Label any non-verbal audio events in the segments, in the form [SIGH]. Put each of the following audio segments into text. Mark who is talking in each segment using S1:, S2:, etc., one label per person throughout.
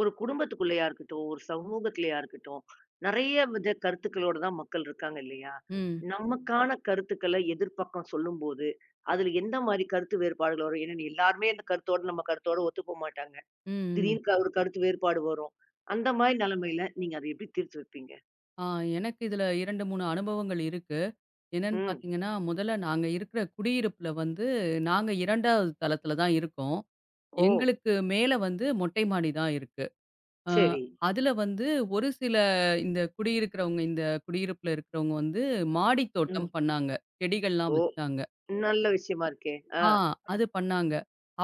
S1: ஒரு குடும்பத்துக்குள்ளயா இருக்கட்டும், ஒரு சமூகத்திலயா இருக்கட்டும், நெறைய வித கருத்துக்களோட தான் மக்கள் இருக்காங்க இல்லையா?
S2: ம்.
S1: நமக்கான கருத்துக்கள எதிர்பக்கம் சொல்லும்போது, அதுல எந்த மாரி கருத்து வேறுபாடுகள் வரும்? ஏன்னா எல்லாருமே அந்த கருத்தோட நம்ம கருத்தோட ஒத்துப்போ மாட்டாங்க.
S2: ம், ம்.
S1: திடீர்னு ஒரு கருத்து வேறுபாடு வரும். அந்த மாரி நெலைமையில நீங்க அத எப்படி தீர்த்து வைப்பீங்க?
S2: ஆ எனக்கு இதுல 2, 3 அனுபவங்கள் இருக்கு. என்னன்னு
S1: ம்.
S2: பார்த்தீங்கன்னா, முதல்ல நாங்க இருக்கிற குடியிருப்புல வந்து நாங்க 2வது தளத்துல தான் இருக்கோம்.
S1: ஓ!
S2: எங்களுக்கு மேல வந்து மொட்டை மாடி தான் இருக்கு. அ
S1: சரி.
S2: அதுல வந்து ஒரு சில இந்த குடியிருக்கிறவங்க இந்த குடியிருப்புல இருக்கிறவங்க வந்து மாடித்தோட்டம்
S1: ம்.
S2: பண்ணாங்க. செடிகள்லாம்
S1: ஓ!
S2: வச்சாங்க.
S1: நல்ல விஷயமா இருக்கே. ஆ.
S2: ஆ அது பண்ணாங்க.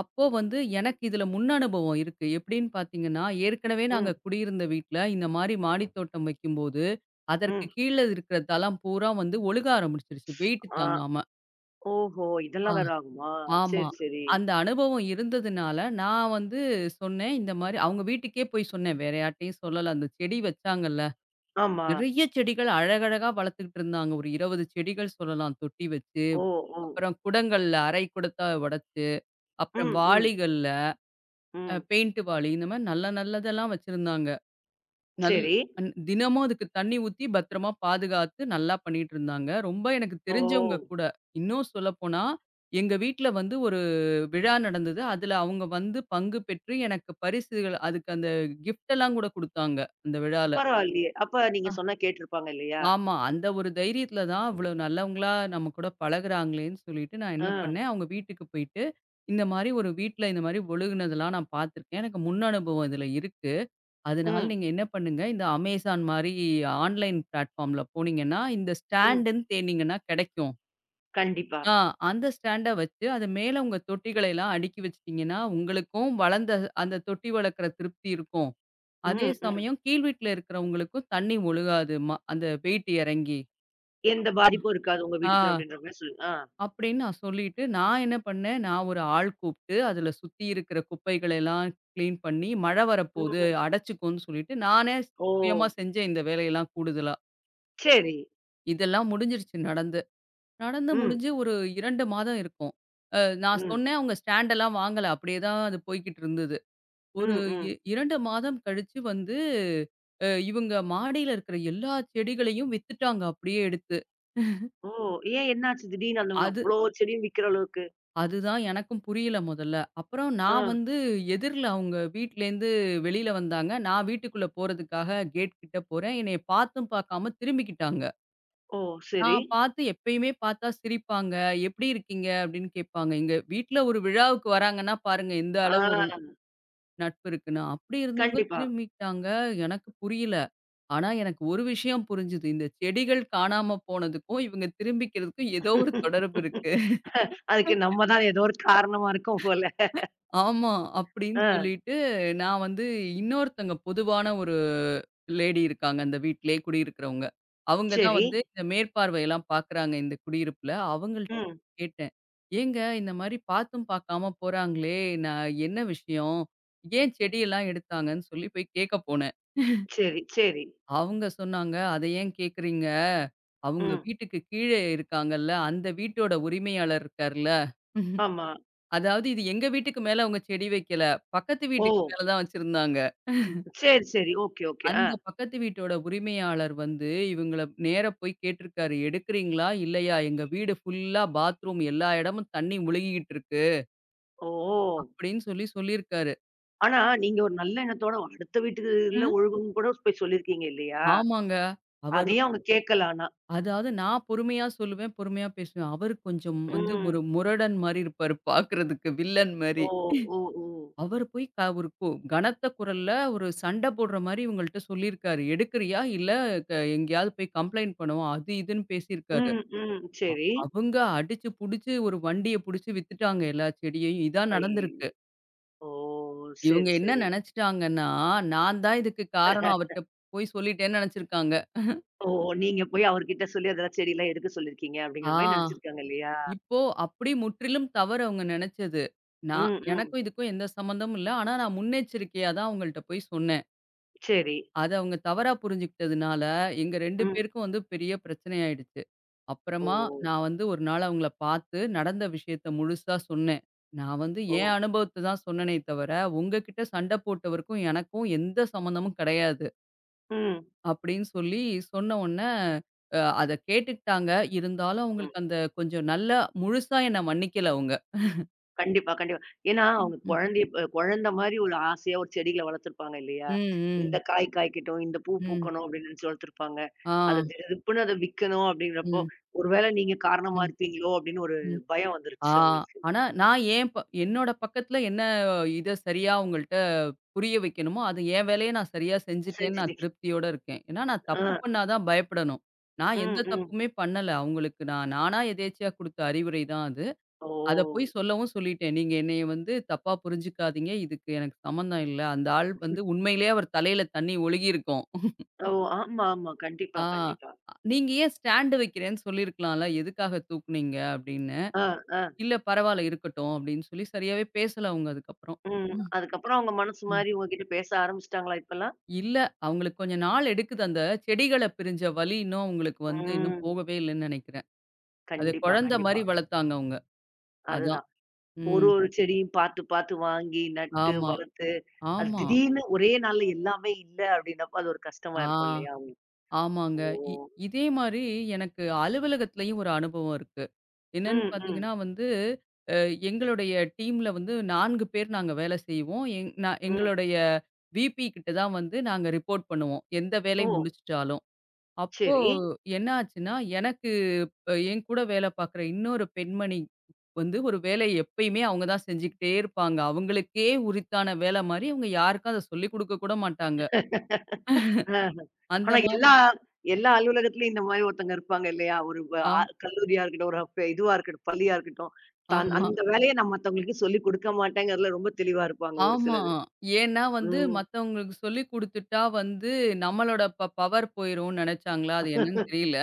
S2: அப்போ வந்து எனக்கு இதுல முன் அனுபவம் இருக்கு. எப்படின்னு பார்த்தீங்கன்னா, ஏற்கனவே நாங்க
S1: ம்.
S2: குடியிருந்த வீட்ல இந்த மாரி மாடி தோட்டம் வைக்கும்போது, அதற்கு
S1: ம்.
S2: கீழ இருக்கிற தளம் பூரா வந்து ஒழுக ஆரம்பிச்சுருச்சு. வெயிட்
S1: ஆ.
S2: தாங்காம.
S1: ஓஹோ!
S2: ஆ
S1: இதெல்லாம் வேற ஆகுமா?
S2: ஆமா.
S1: சரி, சரி.
S2: அந்த அனுபவம் இருந்ததுனால, நான் வந்து சொன்னேன் இந்த மாரி அவங்க வீட்டுக்கே போய் சொன்னேன். வேற யார்ட்டயும் சொல்லல. அந்த செடி வச்சாங்கல்ல.
S1: ஆமா.
S2: நெறைய செடிகள் அழகழகா வளர்த்துக்கிட்டு இருந்தாங்க. ஒரு 20 செடிகள் சொல்லலாம் தொட்டி வச்சு.
S1: ஓ! ஓ!
S2: அப்புறம் குடங்கள்ல, அரை குடத்தா உடைச்சு, அப்புறம்
S1: ம், ம்,
S2: வாளிகள்ல
S1: ம்.
S2: பெயிண்ட் வாளி இந்த மாரி நல்ல நல்லதெல்லாம் வச்சிருந்தாங்க. நல்
S1: சரி.
S2: அன் தினமும் அதுக்கு தண்ணி ஊத்தி பத்திரமா பாதுகாத்து நல்லா பண்ணிட்டுருந்தாங்க. ரொம்ப எனக்கு
S1: ஓ!
S2: தெரிஞ்சவங்க கூட. இன்னும் சொல்லப்போனா, எங்க வீட்ல வந்து ஒரு விழா நடந்தது. அதுல அவங்க வந்து பங்கு பெற்று எனக்கு பரிசுகள் அதுக்கு அந்த கிஃப்ட் எல்லாம் கூட குடுத்தாங்க, அந்த விழால.
S1: பரவாயில்லையே! அப்ப நீங்க
S2: அஹ்,
S1: சொன்னா கேட்டிருப்பாங்க இல்லையா?
S2: ஆமா. அந்த ஒரு தைரியத்துல தான் இவ்ளோ நல்லவங்களா நம்ம கூட பழகுறாங்களேன்னு சொல்லிட்டு நான்
S1: ஆ.
S2: என்ன பண்ணேன், அவங்க வீட்டுக்கு போயிட்டு, இந்த மாரி ஒரு வீட்ல இந்த மாரி ஒழுகுனதெல்லாம் நான் பார்த்துருக்கேன். எனக்கு முன் அனுபவம் இதுல இருக்கு. அதனால
S1: ம்.
S2: நீங்க என்ன பண்ணுங்க, இந்த Amazon மாரி ஆன்லைன் பிளாட்ஃபார்ம்ல போனீங்கன்னா, இந்த
S1: ம்.
S2: ஸ்டாண்டுன்னு தேடுனீங்கன்னா கெடைக்கும்.
S1: கண்டிப்பா.
S2: ஆ அந்த ஸ்டாண்ட வச்சு, அது மேல உங்க தொட்டிகளை எல்லாம் அடுக்கி வச்சுட்டீங்கன்னா, உங்களுக்கும் வளர்ந்த அந்த தொட்டி வளர்க்குற திருப்தி இருக்கும். அதே
S1: ம். ம்.
S2: சமயம் கீழ் வீட்ல இருக்கிறவங்களுக்கும் தண்ணி ஒழுகாது. அந்த வெயிட் இறங்கி.
S1: எந்த பாதிப்பும் இருக்காது உங்க வீட்டுக்கு
S2: ஆ
S1: அப்படின்ற மாரி சொல் ஆ.
S2: அப்படின்னு நான் சொல்லிட்டு, நான் என்ன பண்ணேன், நான் ஒரு ஆள் கூப்ட்டு, அதில சுத்தி இருக்கிற குப்பைகளை எல்லாம் கிளீன் பண்ணி, மழை வரப்போது
S1: ம்.
S2: அடைச்சுக்கும்ன்னு சொல்லிட்டு, நானே
S1: ஓ!
S2: சுயமா செஞ்சேன் இந்த வேலையெல்லாம் கூடுதலா.
S1: சரி.
S2: இதெல்லாம் முடிஞ்சிருச்சு நடந்து. நடந்து
S1: ம்.
S2: முடிஞ்சு ஒரு 2 மாதம் இருக்கும். அ நான்
S1: ம்.
S2: சொன்னேன் அவங்க ஸ்டாண்டெல்லாம் வாங்கல. அப்படியே தான் அது போய்க்கிட்டு இருந்தது. ஒரு
S1: ம்.
S2: இ
S1: ம்.
S2: 2 மாதம் கழிச்சு வந்து இவங்க மாடியில இருக்கிற எல்லா செடிகளையும் வித்துட்டாங்க அப்படியே எடுத்து.
S1: ஓ! ஏன் என்னாச்சு திடீர்னு அந்த அளவு
S2: அது
S1: அவ்ளோ செடியும் விக்கிற அளவுக்கு?
S2: அதுதான் எனக்கும் புரியல முதல்ல. அப்புறம்
S1: ஆ.
S2: நான் வந்து எதிர்ல அவங்க வீட்லேருந்து வெளியில வந்தாங்க. நான் வீட்டுக்குள்ள போறதுக்காக கேட் கிட்ட போறேன். என்னைய பார்த்தும் பார்க்காம திரும்பிக்கிட்டாங்க.
S1: ஓ! சரி.
S2: நான் பார்த்து எப்பயுமே பார்த்தா சிரிப்பாங்க. "எப்படி இருக்கீங்க?" அப்படின்னு கேட்பாங்க. எங்க வீட்ல ஒரு விழாவுக்கு வராங்கன்னா பாருங்க, எந்த
S1: ஆ.
S2: அளவு ஒரு நட்பு இருக்குன்னு. அப்படி இருந்தவங்க
S1: கண்டிப்பா.
S2: திரும்பிட்டாங்க. எனக்கு புரியல. ஆனா எனக்கு ஒரு விஷயம் புரிஞ்சுது. இந்த செடிகள் காணாம போனதுக்கும், இவங்க திரும்பிக்கிறதுக்கும் ஏதோ ஒரு தொடர்பு இருக்கு.
S1: அதுக்கு நம்ம தான் ஏதோ ஒரு காரணமா இருக்கோம் போல.
S2: ஆமா. அப்படின்னு
S1: ஆ.
S2: சொல்லிட்டு நான் வந்து இன்னொருத்தங்க பொதுவான ஒரு லேடி இருக்காங்க அந்த வீட்டிலேயே குடியிருக்கிறவங்க. அவங்க தான்
S1: சரி.
S2: வந்து இந்த மேற்பார்வையெல்லாம் பார்க்குறாங்க இந்த குடியிருப்புல. அவங்கள்ட்ட
S1: ம்.
S2: கேட்டேன். "ஏங்க இந்த மாரி பார்த்தும் பார்க்காம போறாங்களே! நான் என்ன விஷயம்? ஏன் செடியெல்லாம் எடுத்தாங்கன்னு?" சொல்லி போய் கேட்க போனேன்.
S1: சரி, சரி.
S2: அவங்க சொன்னாங்க, "அத ஏன் கேட்குறீங்க? அவங்க
S1: ம்.
S2: வீட்டுக்கு கீழே இருக்காங்கல்ல, அந்த வீட்டோட உரிமையாளர் இருக்கார்ல."
S1: ஆமா.
S2: அதாவது இது எங்க வீட்டுக்கு மேல அவங்க செடி வைக்கல. பக்கத்து
S1: ஓ!
S2: வீட்டுக்கு மேல தான் வச்சிருந்தாங்க.
S1: சரி, சரி. Okay, okay. ஆ.
S2: அந்த பக்கத்து வீட்டோட உரிமையாளர் வந்து இவங்கள நேரா போய் கேட்டிருக்காரு. "எடுக்குறீங்களா? இல்லையா? எங்க வீடு ஃபுல்லா பாத்ரூம் எல்லா இடமும் தண்ணி முழுகிக்கிட்டு இருக்கு."
S1: ஓ!
S2: அப்படின்னு சொல்லி சொல்லியிருக்காரு.
S1: ஆனா, நீங்க ஒரு நல்ல எண்ணத்தோட அடுத்த வீட்டுல
S2: ம்.
S1: ஒழுகுன்னு கூட போய் சொல்லியிருக்கீங்க இல்லையா?
S2: ஆமாங்க. அவரு
S1: அதையும் அவங்க கேட்கல ஆனா.
S2: அதாவது நான் பொறுமையா சொல்லுவேன், பொறுமையா பேசுவேன். அவரு கொஞ்சம் வந்து
S1: ம்.
S2: ஒரு முரடன் மாரி இருப்பாரு பார்க்கறதுக்கு, வில்லன் மாரி.
S1: ஓ! ஓ! ஓ!
S2: அவரு போய் ஒரு கனத்த குரல்ல ஒரு சண்ட போடுற மாரி இவங்கள்ட்ட சொல்லியிருக்காரு. "எடுக்குறியா? இல்ல க எங்கேயாவது போய் கம்ப்ளைண்ட் பண்ணுவோம்." அது இதுன்னு பேசியிருக்காரு.
S1: ம், ம். சரி.
S2: அவங்க அடிச்சு புடிச்சு ஒரு வண்டிய புடிச்சு வித்துட்டாங்க எல்லா செடியையும். இதான்
S1: ஐய்யய்யோ!
S2: நடந்திருக்கு.
S1: ஓ!
S2: இவங்க
S1: சரி,
S2: என்ன
S1: சரி.
S2: நெனச்சுட்டாங்கன்னா, நான் தான் இதுக்கு காரணம் அவர்ட்ட போய் சொல்லிட்டேன்னு நெனச்சிருக்காங்க.
S1: ஓ! நீங்க போய் அவர்கிட்ட சொல்லி அதெல்லாம் செடிலாம் எடுக்க சொல்லியிருக்கீங்க
S2: ஆ
S1: அப்படிங்கிற மாரி நெனச்சிருக்காங்க இல்லையா?
S2: இப்போ அப்படி முற்றிலும் தவறு அவங்க நெனச்சது. நான்
S1: ம், ம்.
S2: எனக்கும் இதுக்கும் எந்த சம்மந்தமும் இல்ல. ஆனா நான் முன்னெச்சரிக்கையா தான் அவங்கள்ட்ட போய் சொன்னேன்.
S1: சரி.
S2: அத அவங்க தவறா புரிஞ்சுக்கிட்டதுனால, எங்க 2
S1: ம்.
S2: பேருக்கும் வந்து பெரிய பிரச்சனை ஆயிடுச்சு.
S1: ஓ!
S2: அப்புறமா நான் வந்து ஒரு நாள் அவங்கள பார்த்து நடந்த விஷயத்த முழுசா சொன்னேன். நான் வந்து
S1: ஓ!
S2: என் அனுபவத்த தான் சொன்னனே தவிர, உங்ககிட்ட சண்டை போட்டவருக்கும் எனக்கும் எந்த சம்மந்தமும் கிடையாது.
S1: ம்.
S2: அப்படின்னு சொல்லி சொன்ன உடனே, அத கேட்டுக்கிட்டாங்க. இருந்தாலும்
S1: ம்.
S2: அவங்களுக்கு அந்த கொஞ்சம் நல்லா முழுசா என்ன மன்னிக்கல அவங்க.
S1: கண்டிப்பா, கண்டிப்பா. ஏன்னா, அவங்க
S2: ம்.
S1: குழந்தைய குழந்த மாரி ஒரு ஆசையா ஒரு செடிகள வளர்த்துருப்பாங்க இல்லையா?
S2: ம். ம்.
S1: இந்த
S2: ம்.
S1: காய் காய்க்கட்டும், இந்த பூ
S2: ம்.
S1: பூக்கணும் அப்படின்னு நினைச்சு வளர்த்துருப்பாங்க.
S2: ஆ.
S1: அத திடுதிப்புன்னு அத விக்கணும் அப்படிங்கிறப்போ,
S2: ம்.
S1: ஒரு வேளை நீங்க காரணமா
S2: ம்.
S1: இருப்பீங்களோ அப்படின்னு ஒரு
S2: ம்.
S1: பயம்
S2: ஆ.
S1: வந்துருச்சு அவங்களுக்கு.
S2: ஆனா நான் ஏன் என்னோட பக்கத்துல என்ன இத சரியா அவங்கள்ட்ட புரிய வைக்கணுமோ, அது என் வேலைய நான் சரியா செஞ்சுட்டேன்னு நான்
S1: செஞ்சுட்டீங்க.
S2: திருப்தியோட இருக்கேன். ஏன்னா நான்
S1: ஆ.
S2: தப்பு பண்ணா தான் பயப்படணும். நான்
S1: ம்,
S2: எந்த
S1: ம்.
S2: தப்புமே பண்ணல. அவங்களுக்கு நான் நானா எதேர்ச்சையா குடுத்த அறிவுரை தான் அது.
S1: ஓ!
S2: அத போய் சொல்லவும் சொல்லிட்டேன். "நீங்க என்னைய வந்து தப்பா புரிஞ்சுக்காதீங்க. இதுக்கு எனக்கு சம்மந்தம் இல்ல." அந்த ஆள் வந்து உண்மையிலேயே அவர் தலையில தண்ணீ ஒழுகியிருக்கும்.
S1: ஓ! ஆமா, ஆமா. கண்டிப்பா,
S2: ஆ.
S1: கண்டிப்பா.
S2: "நீங்க ஏன் ஸ்டாண்ட் வைக்கிறேன்னு சொல்லியிருக்கலாம்ல. எதுக்காக தூக்குனீங்க?" அப்படின்னு.
S1: ஆ, ஆ.
S2: இல்ல பரவால்ல இருக்கட்டும் அப்படின்னு சொல்லி சரியாவே பேசல அவங்க அதுக்கப்புறம்.
S1: ம்.
S2: ம்,
S1: அதுக்கப்புறம் அவங்க மனசு
S2: ம்.
S1: மாரி உங்ககிட்ட பேச ஆரம்பிச்சுட்டாங்களா இப்பல்லாம்?
S2: இல்ல அவங்களுக்கு கொஞ்சம் நாள் எடுக்குது. அந்த செடிகள பிரிஞ்ச வலி இன்னும் அவங்களுக்கு வந்து இன்னும்
S1: ம்.
S2: போகவே இல்லன்னு நினைக்கிறேன். அது
S1: கண்டிப்பா,
S2: குழந்தை
S1: கண்டிப்பா.
S2: மாரி வளர்த்தாங்க அவங்க. அதான்.
S1: அதுதான். ஒரு,
S2: ம்.
S1: ஒரு செடியும் பார்த்து, பார்த்து வாங்கி, நட்டு,
S2: ஆமா,
S1: வளர்த்து, அது
S2: ஆமா.
S1: திடீர்னு ஒரே நாள்ல எல்லாமே இல்ல அப்டின்னப்ப, அது ஒரு கஷ்டமா
S2: ஆ.
S1: இருக்கும் இல்லையா? அவங்களுக்கு.
S2: ஆமாங்க.
S1: ஓ!
S2: இ இதே மாரி எனக்கு அலுவலகத்திலயும் ஒரு அனுபவம் இருக்கு. என்னன்னு
S1: ம், ம்,
S2: பார்த்தீங்கன்னா வந்து, அ எங்களுடைய டீம்ல வந்து 4 பேர் நாங்க வேலை செய்வோம்.
S1: ம்.
S2: எங்களுடைய விபி கிட்ட தான் வந்து நாங்க ரிப்போர்ட் பண்ணுவோம். எந்த வேலை
S1: ஓ!
S2: முடிச்சுட்டாலும். அப்போ
S1: சரி.
S2: என்ன ஆச்சுன்னா, எனக்கு என் கூட வேலை பார்க்குற இன்னொரு பெண்மணி வந்து ஒரு வேலைய எப்பயுமே அவங்க தான் செஞ்சுக்கிட்டே இருப்பாங்க. அவங்களுக்கே உரித்தான வேலை மாரி அவங்க யாருக்கும் அத சொல்லிக் குடுக்க கூட மாட்டாங்க.
S1: ஆஹ.
S2: அந்த
S1: ஆனா
S2: மாரி
S1: எல்லா எல்லா அலுவலகத்துலயும் இந்த மாரி ஒருத்தங்க இருப்பாங்க இல்லையா? ஒரு வ
S2: ஆ
S1: அ கல்லூரியா இருக்கட்டும், ஒரு இதுவா இருக்கட்டும், பள்ளியா இருக்கட்டும், தான்
S2: ஆமா.
S1: அந்த வேலைய நான் மத்தவங்களுக்கு சொல்லிக் கொடுக்க மாட்டேங்கிறதுல ரொம்ப தெளிவா இருப்பாங்க ஒரு
S2: ஆமா.
S1: சிலரு.
S2: ஏன்னா வந்து
S1: ம்.
S2: மத்தவங்களுக்கு சொல்லிக் குடுத்துட்டா வந்து நம்மளோட பவர் போயிரும்னு நெனச்சாங்களா? அது என்னன்னு
S1: [LAUGHS]
S2: தெரியல.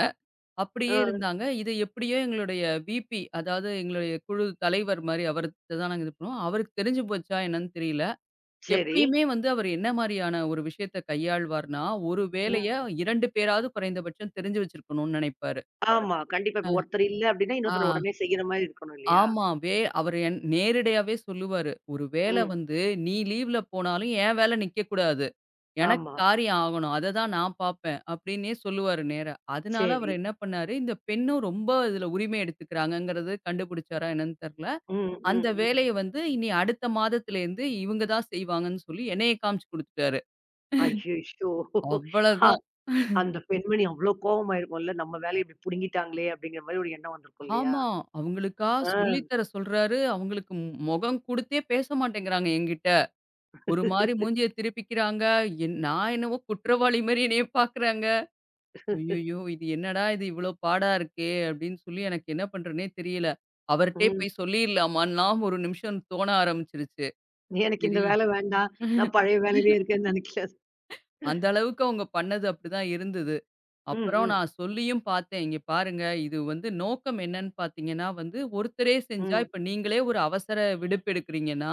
S2: அப்படியே
S1: ஆ.
S2: இருந்தாங்க. இது எப்படியோ எங்களுடைய விபி அதாவது எங்களுடைய குழு தலைவர் மாரி அவர்ட்ட தான் நாங்க இது பண்ணுவோம். அவருக்கு தெரிஞ்சு போச்சா என்னன்னு தெரியல.
S1: சரி.
S2: எப்பயுமே வந்து அவர் என்ன மாரியான ஒரு விஷயத்த கையாள்வார்ன்னா, ஒரு வேலைய
S1: ம்.
S2: 2 பேராவது குறைந்தபட்சம் தெரிஞ்சு வச்சிருக்கணும்னு நெனைப்பாரு.
S1: ஆமா. கண்டிப்பா. இப்ப
S2: அ.
S1: ஒருத்தர் இல்ல அப்டின்னா,
S2: ஆ.
S1: இன்னொருத்தர் உடனே செய்யற மாரி இருக்கணும் இல்லையா?
S2: ஆமா. அவரு என் நேரடியாவே சொல்லுவாரு. ஒரு வேல
S1: ம்.
S2: வந்து நீ லீவ்ல போனாலும் என் வேல நிக்கக்கூடாது. எனக்கு
S1: ஆமா.
S2: காரியம் ஆகணும். அத தான் நான் பாப்பேன். அப்டின்னே சொல்லுவாரு நேரா. அதனால அவரு
S1: சரி.
S2: என்ன பண்ணாரு, இந்த பெண்ணும் ரொம்ப இதுல உரிமை எடுத்துக்கிறாங்கங்கிறது கண்டுபிடிச்சாரா என்னன்னு தெர்ல.
S1: ம்,
S2: அந்த
S1: ம், ம்.
S2: வேலைய வந்து இனி அடுத்த மாதத்துலேருந்து இவங்க தான் செய்வாங்கன்னு சொல்லி என்னைய காமிச்சு குடுத்துட்டாரு.
S1: அய்யய்யோ! அ
S2: அவ்வளதான்.
S1: அந்த பெண்மணி அவ்ளோ கோவமாயிருக்கும்ல. நம்ம வேலைய இப்டி புடுங்கிட்டாங்களே! அப்டிங்கிற மாரி ஒரு எண்ணம் வந்திருக்கும் இல்லையா?
S2: ஆமா. அவங்களுக்கா
S1: ஆ.
S2: சொல்லி தர சொல்றாரு. அவங்களுக்கு முகம் குடுத்தே பேச மாட்டேங்கிறாங்க என்கிட்ட. ஒரு மாரி மூஞ்சிய திருப்பிக்கிறாங்க. நான் என்னவோ குற்றவாளி மாரி என்னைய பார்க்குறாங்க. ஐய்யய்யோ! இது என்னடா இது இவ்ளோ பாடா இருக்கே! அப்டின்னு சொல்லி எனக்கு என்ன பண்றதுன்னே தெரியல. அவர்ட்டயே
S1: ம்.
S2: போய் சொல்லிர்லாமான்லாம் ஒரு நிமிஷம் தோண ஆரம்பிச்சுருச்சு.
S1: எனக்கு இந்த
S2: சரி
S1: வேல வேண்டாம். நான் பழைய வேலையிலேயே இருக்கேன்னு நெனைக்காது.
S2: அந்த அளவுக்கு அவங்க பண்ணது அப்டிதான் இருந்தது.
S1: ம்,
S2: அப்புறம்
S1: ம்,
S2: நான் சொல்லியும் பார்த்தேன். இங்க பாருங்க இது வந்து நோக்கம் என்னன்னு பார்த்தீங்கன்னா வந்து, ஒருத்தரே செஞ்சா
S1: ம்.
S2: இப்ப நீங்களே ஒரு அவசர விடுப்பு எடுக்கிறீங்கன்னா,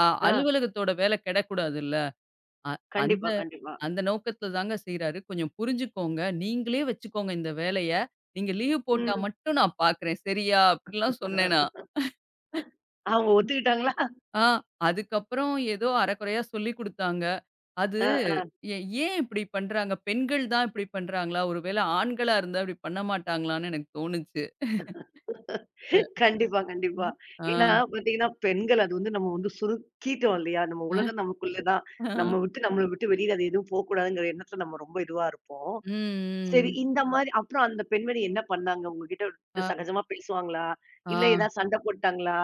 S2: அ
S1: ஆ.
S2: அலுவலகத்தோட வேல கெடக்கூடாதுல்ல. அ அந்த
S1: கண்டிப்பா, கண்டிப்பா.
S2: அந்த நோக்கத்துல தாங்க செய்றாரு. கொஞ்சம் புரிஞ்சுக்கோங்க. நீங்களே வச்சுக்கோங்க இந்த வேலைய. நீங்க லீவ் போட்டா
S1: ம்.
S2: மட்டும் நான் பார்க்குறேன். சரியா? அப்படிலாம் சொன்னேன் நான்.
S1: அவங்க ஒத்துக்கிட்டாங்களா?
S2: ஆ அதுக்கப்புறம் ஏதோ அரைகுறையா சொல்லிக் குடுத்தாங்க. அது
S1: அ, அ.
S2: எ ஏன் இப்படி பண்றாங்க? பெண்கள் தான் இப்படி பண்றாங்களா? ஒருவேளை ஆண்களா இருந்தா இப்படி பண்ண மாட்டாங்களான்னு எனக்கு தோணுச்சு.
S1: கண்டிப்பா, கண்டிப்பா.
S2: ம். ஆ.
S1: ஏன்னா பார்த்தீங்கன்னா, பெண்கள் அது வந்து நம்ம வந்து சுருக்கிட்டோம் இல்லையா? நம்ம
S2: அ.
S1: உலகம் நமக்குள்ள தான்.
S2: ம்.
S1: நம்மள விட்டு வெளியில அது எதுவும் போக்கூடாதுங்கிற எண்ணத்துல நம்ம ரொம்ப இதுவா இருப்போம். சரி
S2: ம்.
S1: இந்த மாரி அப்புறம் அந்த பெண்மணி என்ன பண்ணாங்க? உங்ககிட்ட ஒரு
S2: அ.
S1: சகஜமா பேசுவாங்களா?
S2: ஆ.
S1: இல்ல ஏதாவது சண்டை போட்டாங்களா?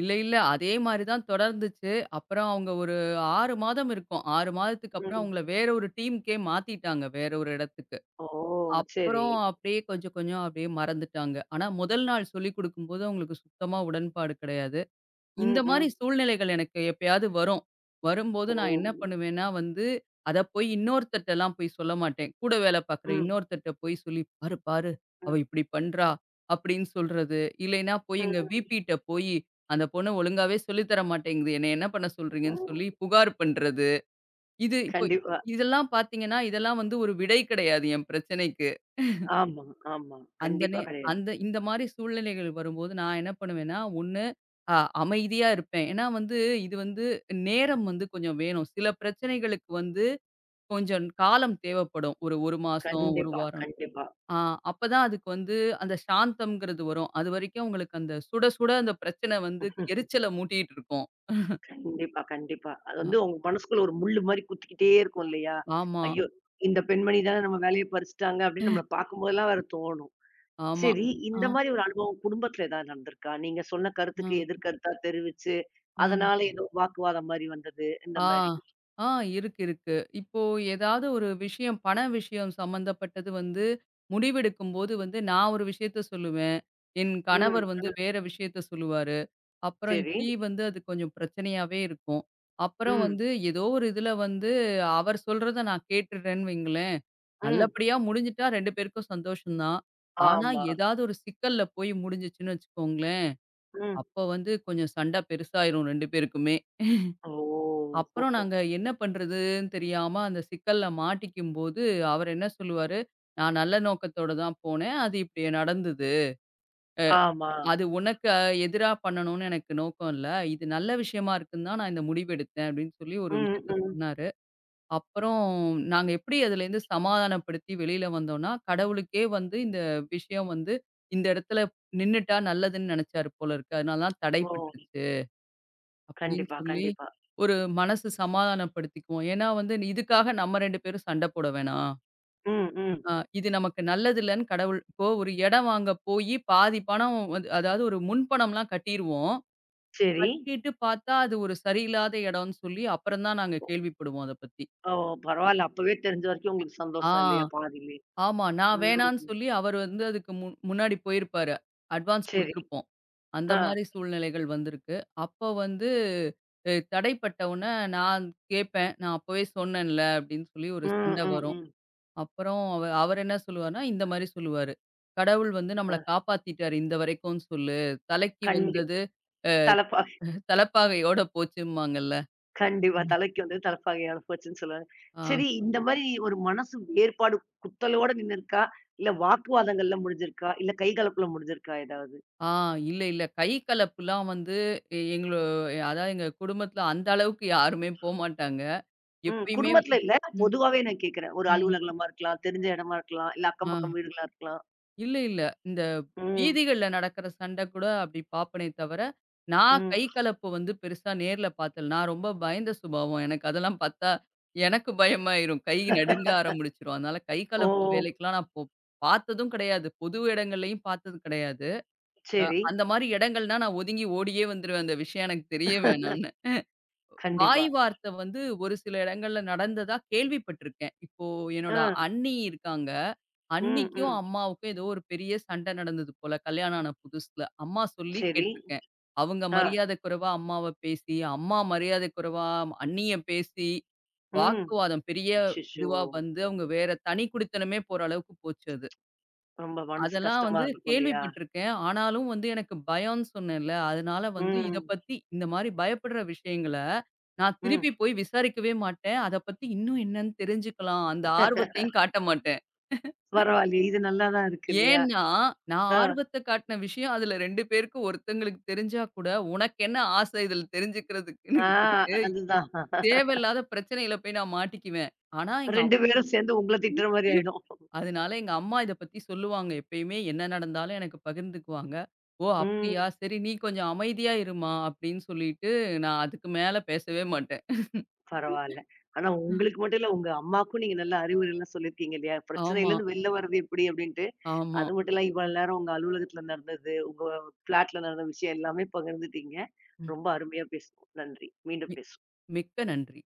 S2: இல்ல, இல்ல. அதே மாரி தான் தொடர்ந்துச்சு. அப்புறம் அவங்க ஒரு 6 மாதம் இருக்கும். 6 மாதத்துக்கு அப்புறம்
S1: ம்.
S2: அவங்கள வேற ஒரு டீமுக்கே மாத்திட்டாங்க. வேற ஒரு இடத்துக்கு.
S1: ஓ! சரி.
S2: அப்புறம் அப்படியே கொஞ்சம் கொஞ்சம் அப்படியே மறந்துட்டாங்க. ஆனா முதல் நாள் சொல்லிக் குடுக்கும்போது அவங்களுக்கு சுத்தமா உடன்பாடு கிடையாது. இந்த
S1: ம்,
S2: மாரி
S1: ம்.
S2: சூழ்நிலைகள் எனக்கு எப்பயாவது வரும். வரும்போது
S1: ஓ!
S2: நான் என்ன பண்ணுவேன்னா வந்து, அத போய் இன்னொருத்தர்ட்டலாம் போய் சொல்ல மாட்டேன். கூட வேல பார்க்குற
S1: ம்,
S2: இன்னொருத்தர்ட்ட போய் சொல்லி, "பாரு, பாரு அவ
S1: ம்,
S2: இப்படி பண்றா" அப்படின்னு சொல்றது. இல்லைன்னா போய் எங்க
S1: ம்,
S2: விபிட்ட போயி, "அந்த பொண்ணு ஒழுங்காவே சொல்லி தர மாட்டேங்குது. என்னைய என்ன பண்ண சொல்றீங்கன்னு"
S1: ம்.
S2: சொல்லி புகார் பண்றது. இது இப்போ
S1: கண்டிப்பா.
S2: இதெல்லாம் பார்த்தீங்கன்னா, இதெல்லாம் வந்து ஒரு விடை கிடையாது என் பிரச்சனைக்கு.
S1: ஆமா, ஆமா.
S2: அந்த நே
S1: கண்டிப்பா கிடையாது.
S2: அந்த இந்த மாரி சூழ்நிலைகள் வரும்போது நான் என்ன பண்ணுவேன்னா, ஒண்ணு அ அமைதியா இருப்பேன். ஏன்னா வந்து இது வந்து நேரம் வந்து கொஞ்சம் வேணும். சில பிரச்சனைகளுக்கு வந்து கொஞ்சம் காலம் தேவைப்படும். ஒரு 1 மாசம், 1
S1: கண்டிப்பா,
S2: வாரம்.
S1: கண்டிப்பா.
S2: ஆ அப்பதான் அதுக்கு வந்து அந்த சாந்தம்ங்கிறது வரும். அதுவரைக்கும் உங்களுக்கு அந்த சுட சுட அந்த பிரச்சனை வந்து எரிச்சல மூட்டிட்டு இருக்கும்.
S1: கண்டிப்பா, கண்டிப்பா. அது
S2: அ
S1: வந்து உங்க மனசுக்குள்ள ஒரு முள்ளு மாரி குத்திக்கிட்டே இருக்கும் இல்லையா?
S2: ஆமா,
S1: ஐயோ! ஆமா. இந்த பெண்மணி தானே நம்ம வேலைய பறிச்சுட்டாங்க அப்படின்னு நம்மள பார்க்கும்போதெல்லாம் வேற தோணும்.
S2: ஆமா.
S1: சரி, ம்.
S2: ஆ,
S1: இந்த மாரி ஒரு அனுபவம் குடும்பத்துல ஏதாவது நடந்திருக்கா? நீங்க சொன்ன
S2: ஆ,
S1: கருத்துக்கு எதிர்கருத்தா தெரிவிச்சு,
S2: ம்.
S1: அதனால ஏதோ வாக்குவாதம் மாரி வந்தது, இந்த
S2: ஆ,
S1: மாரி.
S2: ஆ இருக்கு, இருக்கு. இப்போ ஏதாவது ஒரு விஷயம், பண விஷயம் சம்மந்தப்பட்டது வந்து முடிவெடுக்கும்போது வந்து நான் ஒரு விஷயத்த சொல்லுவேன். என்
S1: ம்,
S2: கணவர் வந்து
S1: ம்.
S2: வேற விஷயத்த சொல்லுவாரு. அப்புறம்
S1: சரி.
S2: இப்படி வந்து அது கொஞ்சம் பிரச்சனையாவே இருக்கும். அப்புறம்
S1: ம்,
S2: வந்து ஏதோ ஒரு இதுல வந்து அவர் சொல்றத நான் கேட்டுடுறேன்னு வைங்களேன்,
S1: ம்.
S2: நல்லபடியா முடிஞ்சுட்டா 2 பேருக்கும் சந்தோஷம் தான். ஆனா
S1: ஆமா.
S2: ஏதாவது ஒரு சிக்கல்ல போய் முடிஞ்சுச்சுன்னு வச்சுக்கோங்களேன்,
S1: ம்.
S2: அப்ப வந்து கொஞ்சம் சண்டை பெருசாயிரும் 2 பேருக்குமே.
S1: ஓ! ஹோ,
S2: அப்புறம்
S1: ஹோ.
S2: நாங்க என்ன பண்றதுன்னு தெரியாம அந்த சிக்கல்ல மாட்டிக்கும்போது, அவர் என்ன சொல்லுவாரு, "நான் நல்ல நோக்கத்தோட தான் போனேன். அது இப்படி நடந்தது.
S1: ஆமா.
S2: அது உனக்கு எதிரா பண்ணணும்னு எனக்கு நோக்கம் இல்ல. இது நல்ல விஷயமா இருக்குன்னு தான் நான் இந்த முடிவு எடுத்தேன்." அப்படின்னு சொல்லி ஒரு
S1: ம்,
S2: விஷயத்த
S1: ம்.
S2: சொன்னாரு. அப்புறம் நாங்க எப்படி அதுலேருந்து சமாதானப்படுத்தி வெளியில வந்தோம்னா, கடவுளுக்கே வந்து இந்த விஷயம் வந்து இந்த இடத்துல நின்னுட்டா நல்லதுன்னு நெனைச்சாரு போல இருக்கு. அதனால தான்
S1: ஓ!
S2: தடைப்பட்டுருச்சு. அப்படின்னு
S1: கண்டிப்பா,
S2: சொல்லி,
S1: கண்டிப்பா.
S2: ஒரு மனசு சமாதானப்படுத்திக்குவோம். ஏன்னா வந்து நீ இதுக்காக நம்ம 2 பேரும் சண்டை போட வேணாம்.
S1: ம், ம்.
S2: அ இது நமக்கு நல்லதில்லன்னு கடவுள் இப்போ ஒரு இடம் வாங்க போயி பாதி பணம் வந்து அதாவது ஒரு முன்பணம்லாம் கட்டிருவோம்.
S1: சரி.
S2: கட்டிட்டு பார்த்தா அது ஒரு சரியில்லாத இடம்னு சொல்லி அப்புறம் தான் நாங்க கேள்விப்படுவோம் அத பத்தி.
S1: ஓ! பரவால்ல. அப்பவே தெரிஞ்ச வரைக்கும் உங்களுக்கு சந்தோஷம் இல்லையா?
S2: ஆ,
S1: பாதியிலே.
S2: ஆமா. நான்
S1: ம்.
S2: வேணான்னு சொல்லி அவர் வந்து அதுக்கு முன்னாடி போயிருப்பாரு. அட்வான்ஸ்
S1: சரி.
S2: குடுத்துருப்போம். அந்த
S1: ஆ.
S2: மாரி சூழ்நிலைகள் வந்திருக்கு. அப்போ வந்து தடைப்பட்ட உடனே நான் கேட்பேன். "நான் அப்பவே சொன்னேன்ல" அப்படின்னு சொல்லி ஒரு
S1: ம்,
S2: சண்டை
S1: ம்,
S2: வரும்.
S1: ம்.
S2: அப்புறம் அவர் என்ன சொல்லுவாருன்னா, இந்த மாரி சொல்லுவாரு. "கடவுள் வந்து
S1: அ
S2: நம்மள காப்பாத்திட்டாரு இந்த வரைக்கும்னு சொல்லு. தலைக்கு
S1: கண்டி
S2: வந்தது
S1: தலப்பா
S2: [LAUGHS] தலைப்பாகையோட போச்சும்பாங்கல்ல."
S1: கண்டிப்பா. தலைக்கு வந்தது தலப்பாகையால போச்சுன்னு சொல்லுவாங்க.
S2: ஆ,
S1: சரி இந்த மாரி ஒரு மனசு வேறுபாடு குத்தலோட நின்னுருக்கா? இல்ல வாக்குவாதங்கள்ல முடிஞ்சிருக்கா? இல்ல கை கலப்புல முடிஞ்சிருக்கா ஏதாவது?
S2: ஆ இல்ல, இல்ல கை கலப்புலாம் வந்து எங்களோ அதாவது எங்க குடும்பத்தில அந்த அளவுக்கு யாருமே போமாட்டாங்க.
S1: ம்.
S2: எப்பயுமே
S1: குடும்பத்துல இல்ல.
S2: ம்,
S1: பொதுவாவே நான் கேட்கிறேன். ஒரு
S2: ம்.
S1: அலுவலகமா இருக்கலாம், தெரிஞ்ச இடமா இருக்கலாம், இல்ல அக்கம்
S2: ஆ.
S1: பக்கம் வீடுகளா இருக்கலாம்.
S2: இல்ல, இல்ல. இந்த
S1: ம்.
S2: வீதிகள்ல நடக்கிற சண்ட கூட அப்படி பார்ப்பனே தவிர, நான்
S1: ம்.
S2: கை கலப்பு வந்து பெருசா நேர்ல பார்த்தல. நான் ரொம்ப பயந்த சுபாவம். எனக்கு அதெல்லாம் பார்த்தா, எனக்கு பயமாயிரும். கை நடுங்க
S1: [LAUGHS]
S2: ஆரம்பிச்சுரும். அதனால கை
S1: ஓ!
S2: கலப்பு வேலைக்கெல்லாம் நான் போ பார்த்ததும் கிடையாது. பொது இடங்கள்லயும் பார்த்தது கிடையாது. அ
S1: சரி.
S2: அந்த மாரி இடங்கள்னா நான் ஒதுங்கி ஓடியே வந்துருவேன். அந்த விஷயம் எனக்கு தெரிய வேணான்னு. வாய்
S1: கண்டிப்பா.
S2: வார்த்தை வந்து ஒரு சில இடங்கள்ல நடந்ததா கேள்விப்பட்டிருக்கேன். இப்போ என்னோட
S1: ஆ.
S2: அண்ணி இருக்காங்க.
S1: ம்,
S2: அண்ணிக்கும்,
S1: ம்.
S2: அம்மாவுக்கும் ஏதோ ஒரு பெரிய சண்டை நடந்தது போல, கல்யாணம் ஆன புதுசுல. அம்மா சொல்லி
S1: சரி.
S2: கேட்டுருக்கேன். அவங்க
S1: ஆ.
S2: மரியாதை குறைவா அம்மாவ பேசி, அம்மா மரியாதை குறைவா அண்ணிய பேசி,
S1: ம்.
S2: வாக்குவாதம் பெரிய
S1: அச்சச்சோ!
S2: இதுவா வந்து அவங்க வேற தனி குடித்தனமே போற அளவுக்கு போச்சு அது.
S1: ரொம்ப மனசு
S2: அதெல்லாம்
S1: கஷ்டமா
S2: வந்து
S1: இருக்கும் இல்லையா?
S2: கேள்விப்பட்டுருக்கேன். ஆனாலும் வந்து எனக்கு பயம்ன்னு சொன்னேன்ல. அதனால வந்து இத
S1: ம்.
S2: பத்தி இந்த மாரி பயப்படுற விஷயங்கள, நான்
S1: ம்.
S2: திருப்பி போய் விசாரிக்கவே மாட்டேன். அத பத்தி இன்னும் என்னன்னு தெரிஞ்சுக்கலாம். அந்த ஆர்வத்தையும் காட்ட மாட்டேன்.
S1: பரவாயில்லையே! இது நல்லா தான் இருக்கு இல்லையா?
S2: ஏன்னா, நான்
S1: ஆ.
S2: ஆர்வத்த காட்டின விஷயம் அதுல 2 பேருக்கு ஒருத்தங்களுக்கு தெரிஞ்சா கூட, "உனக்கு என்ன ஆசை இதுல தெரிஞ்சுக்கிறதுக்குன்னு?"
S1: ஆ
S2: கேட்டு
S1: அதுதான்.
S2: தேவையில்லாத பிரச்சனையில போய் நான் மாட்டிக்குவேன். ஆனா எங்க
S1: 2 பேரும் சேர்ந்து உங்கள
S2: அம்மா
S1: திட்டுற மாரி ஆயிடும்.
S2: அதனால எங்க அம்மா இத பத்தி சொல்லுவாங்க. எப்பயுமே என்ன நடந்தாலும் எனக்கு பகிர்ந்துக்குவாங்க. "ஓ! அப்படியா?
S1: ம்.
S2: சரி நீ கொஞ்சம் அமைதியா இரும்மா" அப்படின்னு சொல்லிட்டு நான் அதுக்கு மேல பேசவே மாட்டேன்.
S1: பரவால்ல. ஆனா
S2: ம்.
S1: உங்களுக்கு மட்டும் இல்ல, உங்க அம்மாக்கும் நீங்க நல்ல அறிவுரைலாம் சொல்லியிருக்கீங்க இல்லையா?
S2: ஆமா,
S1: பிரச்சனையிலேருந்து வெளில வர்றது எப்படி அப்படின்ட்டு.
S2: ஆமா.
S1: அது மட்டும் இல்ல இவ்வளோ நேரம் உங்க அலுவலகத்தில நடந்தது, ஃப்ளாட்ல நடந்த விஷயம் எல்லாமே பகிர்ந்துட்டீங்க.
S2: ம்.
S1: ரொம்ப அருமையா பேசணும். நன்றி. மீண்டும்
S2: மி
S1: பேசுவோம்.
S2: மிக்க நன்றி.